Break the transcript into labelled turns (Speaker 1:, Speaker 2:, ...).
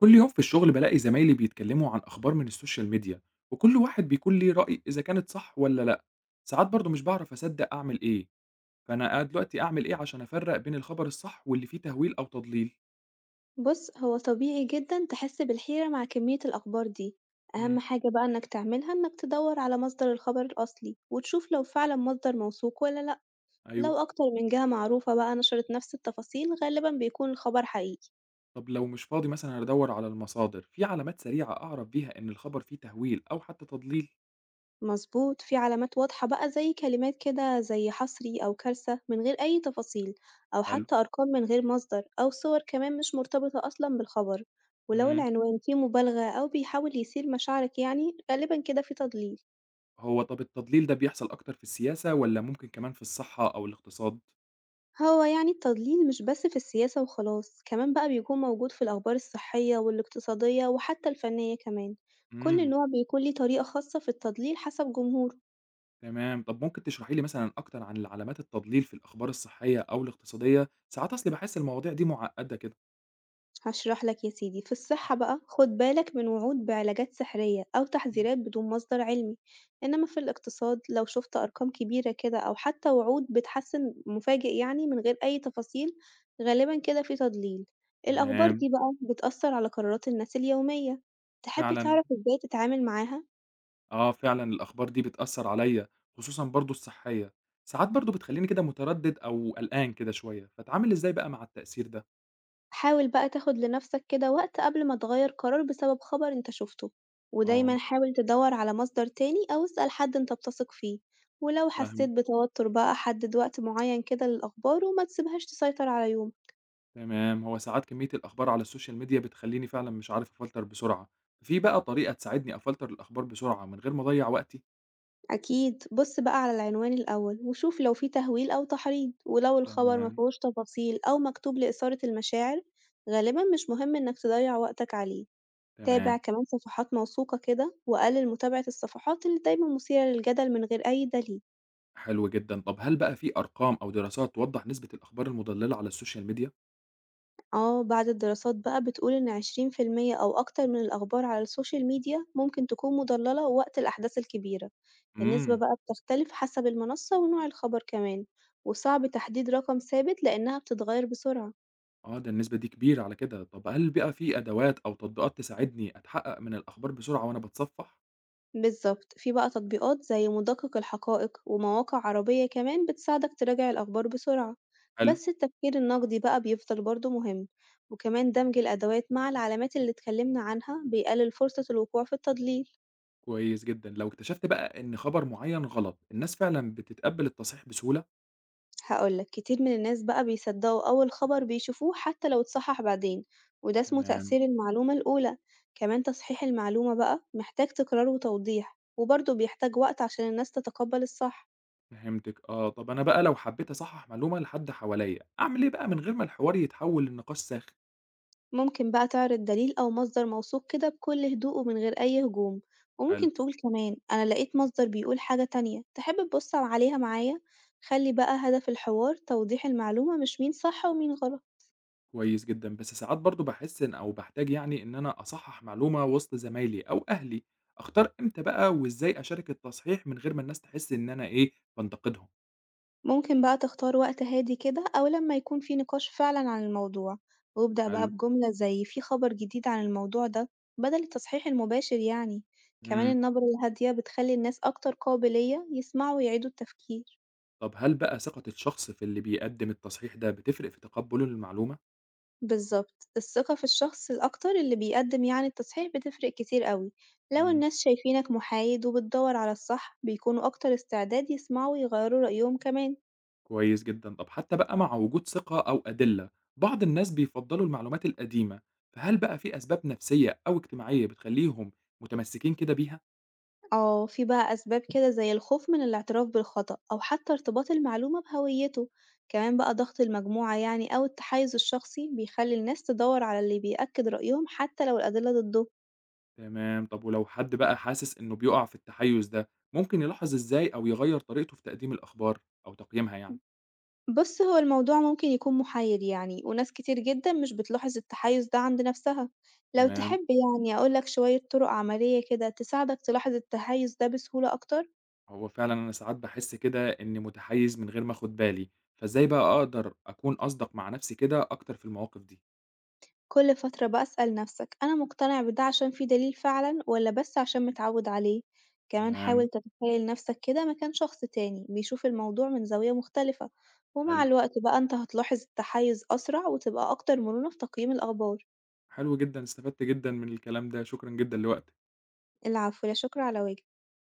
Speaker 1: كل يوم في الشغل بلاقي زمايلي بيتكلموا عن أخبار من السوشيال ميديا، وكل واحد بيكون ليه رأي إذا كانت صح ولا لأ. ساعات برضه مش بعرف أصدق أعمل إيه. فأنا قاعد دلوقتي أعمل إيه عشان أفرق بين الخبر الصح واللي فيه تهويل أو تضليل؟
Speaker 2: بُص، هو طبيعي جدًا تحس بالحيرة مع كمية الأخبار دي، أهم
Speaker 1: امم
Speaker 2: حاجة بقى إنك تعملها إنك تدوّر على مصدر الخبر الأصلي، وتشوف لو فعلًا مصدر موثوق والّا لأ، لو
Speaker 1: أيوه.
Speaker 2: أكتر من جهة معروفة بقى نشرت نفس التفاصيل غالبًا بيكون الخبر حقيقي.
Speaker 1: طب لو مش فاضي مثلا أدور على المصادر، في علامات سريعة أعرف بيها إن الخبر فيه تهويل أو حتى تضليل؟
Speaker 2: مضبوط، في علامات واضحة بقى زي كلمات كده زي حصري أو كارثة من غير أي تفاصيل، أو
Speaker 1: حلو.
Speaker 2: حتى أرقام من غير مصدر، أو صور كمان مش مرتبطة أصلًا بالخبر، ولو
Speaker 1: امم
Speaker 2: العنوان فيه مبالغة أو بيحاول يثير مشاعرك يعني غالبًا كده في تضليل.
Speaker 1: هو طب التضليل ده بيحصل أكتر في السياسة ولا ممكن كمان في الصحة أو الاقتصاد؟
Speaker 2: هو يعني التضليل مش بس في السياسة وخلاص، كمان بقى بيكون موجود في الأخبار الصحية والاقتصادية وحتى الفنية كمان، كل
Speaker 1: امم
Speaker 2: نوع بيكون ليه طريقة خاصة في التضليل حسب جمهوره.
Speaker 1: تمام. طب ممكن تشرحي لي مثلا اكتر عن علامات التضليل في الاخبار الصحيه او الاقتصاديه؟ ساعات اصلي بحس المواضيع دي معقده كده.
Speaker 2: هاشرح لك يا سيدي، في الصحة بقى خد بالك من وعود بعلاجات سحرية أو تحذيرات بدون مصدر علمي، إنما في الاقتصاد لو شفت أرقام كبيرة كده أو حتى وعود بتحسن مفاجئ يعني من غير أي تفاصيل غالبا كده في تضليل. الأخبار
Speaker 1: تمام.
Speaker 2: دي بقى بتأثر على قرارات الناس اليومية، تحب
Speaker 1: فعلا،
Speaker 2: تعرف إزاي تتعامل معاها؟
Speaker 1: اه فعلا الاخبار دي بتاثر عليا، خصوصا برضو الصحيه. ساعات برضو بتخليني كده متردد او قلقان كده شويه، فاتعامل ازاي بقى مع التاثير ده؟
Speaker 2: حاول بقى تاخد لنفسك كده وقت قبل ما تغير قرار بسبب خبر انت شفته، ودايما
Speaker 1: اه،
Speaker 2: حاول تدور على مصدر تاني أو اسأل حد انت بتثق فيه، ولو
Speaker 1: فاهم.
Speaker 2: حسيت بتوتر بقى حدد وقت معين كده للأخبار وما تسيبهاش تسيطر على يومك.
Speaker 1: تمام. هو ساعات كميه الاخبار على السوشيال ميديا بتخليني فعلا مش عارف افلتر بسرعه. في بقى طريقه تساعدني افلتر الاخبار بسرعه من غير ما اضيع وقتي؟
Speaker 2: أكيد، بص بقى على العنوان الأول وشوف لو فيه تهويل أو تحريض، ولو الخبر
Speaker 1: تمام.
Speaker 2: مفيهوش تفاصيل أو مكتوب لإثارة المشاعر غالبا مش مهم إنك تضيع وقتك عليه. تابع
Speaker 1: تمام.
Speaker 2: كمان صفحات موثوقة كده وقلل متابعة الصفحات اللي دايما مثيرة للجدل من غير أي دليل.
Speaker 1: حلو جدًا، طب هل بقى في أرقام أو دراسات توضّح نسبة الأخبار المُضلّلة على السوشيال ميديا؟
Speaker 2: آه، بعض الدراسات بقى بتقول إن 20% أو أكتر من الأخبار على السوشيال ميديا ممكن تكون مضللة وقت الأحداث الكبيرة، النسبة
Speaker 1: إمم،
Speaker 2: بقى بتختلف حسب المنصة ونوع الخبر كمان، وصعب تحديد رقم ثابت لأنها بتتغير بسرعة.
Speaker 1: آه، ده النسبة دي كبيرة على كده، طب هل بقى في أدوات أو تطبيقات تساعدني أتحقق من الأخبار بسرعة وأنا باتصفح؟
Speaker 2: بالظبط، في بقى تطبيقات زي مدقق الحقائق ومواقع عربية كمان بتساعدك تراجع الأخبار بسرعة،
Speaker 1: حلو،
Speaker 2: بس التفكير النقدي بقى بيفضل برضه مهم، وكمان دمج الأدوات مع العلامات اللي اتكلمنا عنها بيقلل فرصة الوقوع في التضليل.
Speaker 1: كويس جدًا، لو اكتشفت بقى إن خبر معيّن غلط، الناس فعلًا بتتقبّل التصحيح بسهولة؟
Speaker 2: هاقول لك، كتير من الناس بقى بيصدقوا أول خبر بيشوفوه حتى لو اتصحح بعدين، وده اسمه
Speaker 1: تمام،
Speaker 2: تأثير المعلومة الأولى، كمان تصحيح المعلومة بقى محتاج تكرار وتوضيح، وبرضه بيحتاج وقت عشان الناس تتقبل الصح.
Speaker 1: فهمتِك آه، طب أنا بقى لو حبيت أصحّح معلومة لحد حواليّا، أعمل إيه بقى من غير ما الحوار يتحوّل لنقاش ساخن؟
Speaker 2: ممكن بقى تعرض دليل أو مصدر موثوق كده بكل هدوء ومن غير أي هجوم،
Speaker 1: حلو.
Speaker 2: وممكن تقول كمان أنا لقيت مصدر بيقول حاجة تانية، تحب تبص عليها معايا؟ خلي بقى هدف الحوار توضيح المعلومة مش مين صح ومين غلط.
Speaker 1: كويس جدًا، بس ساعات برضه باحس إن أو باحتاج يعني إن أنا أصحّح معلومة وسط زمايلي أو أهلي، أختار إمتى بقى وإزاي أشارك التصحيح من غير ما الناس تحس إن أنا إيه، بانتقدهم؟
Speaker 2: ممكن بقى تختار وقت هادي كده أو لما يكون في نقاش فعلا عن الموضوع، وابدأ بقى
Speaker 1: حلو،
Speaker 2: بجملة زي في خبر جديد عن الموضوع ده، بدل التصحيح المباشر يعني. كمان
Speaker 1: إمم.
Speaker 2: النبرة الهادية بتخلي الناس أكتر قابلية يسمعوا ويعيدوا التفكير.
Speaker 1: طب هل بقى ثقة الشخص في اللي بيقدّم التصحيح ده بتفرق في تقبُّله للمعلومة؟
Speaker 2: بالظبط، الثقة في الشخص الأكتر اللي بيقدم يعني التصحيح بتفرق كتير قوي، لو
Speaker 1: إمم،
Speaker 2: الناس شايفينك محايد وبتدور على الصح بيكونوا أكتر استعداد يسمعوا ويغيروا رأيهم كمان.
Speaker 1: كويس جدًا، طب حتى بقى مع وجود ثقة أو أدلة، بعض الناس بيفضّلوا المعلومات القديمة، فهل بقى في أسباب نفسية أو اجتماعية بتخلّيهم متمسّكين كده بيها؟
Speaker 2: اه، في بقى أسباب كده زي الخوف من الاعتراف بالخطأ أو حتى ارتباط المعلومة بهويته، كمان بقى ضغط المجموعة يعني أو التحيز الشخصي بيخلي الناس تدور على اللي بيأكد رأيهم حتى لو الأدلة ضده.
Speaker 1: تمام، طب ولو حد بقى حاسس إنه بيُقع في التحيُّز ده، ممكن يلاحظ إزاي أو يغيّر طريقته في تقديم الأخبار أو تقييمها يعني؟
Speaker 2: بص، هو الموضوع ممكن يكون محير يعني، وناس كتير جدا مش بتلاحظ التحيز ده عند نفسها. لو
Speaker 1: تمام،
Speaker 2: تحب يعني أقولك شوية طرق عملية كده تساعدك تلاحظ التحيز ده بسهولة أكتر.
Speaker 1: هو فعلًا أنا ساعات باحس كده إني متحيِّز من غير ما آخُد بالي، فإزاي بقى أقدر أكون أصدق مع نفسي كده أكتر في المواقف دي؟
Speaker 2: كل فترة بقى اسأل نفسك أنا مقتنع بده عشان في دليل فعلا ولا بس عشان متعود عليه، كمان
Speaker 1: تمام،
Speaker 2: حاول تتخيل نفسك كده مكان شخص تاني بيشوف الموضوع من زاوية مختلفة. ومع
Speaker 1: حلو،
Speaker 2: الوقت بقى انت هتلاحظ التحيز أسرع وتبقى أكتر مرونة في تقييم الأخبار.
Speaker 1: حلو جدًا، استفدت جدًا من الكلام ده، شكرًا جدًا لوقتك.
Speaker 2: العفو، لا شكر على واجب.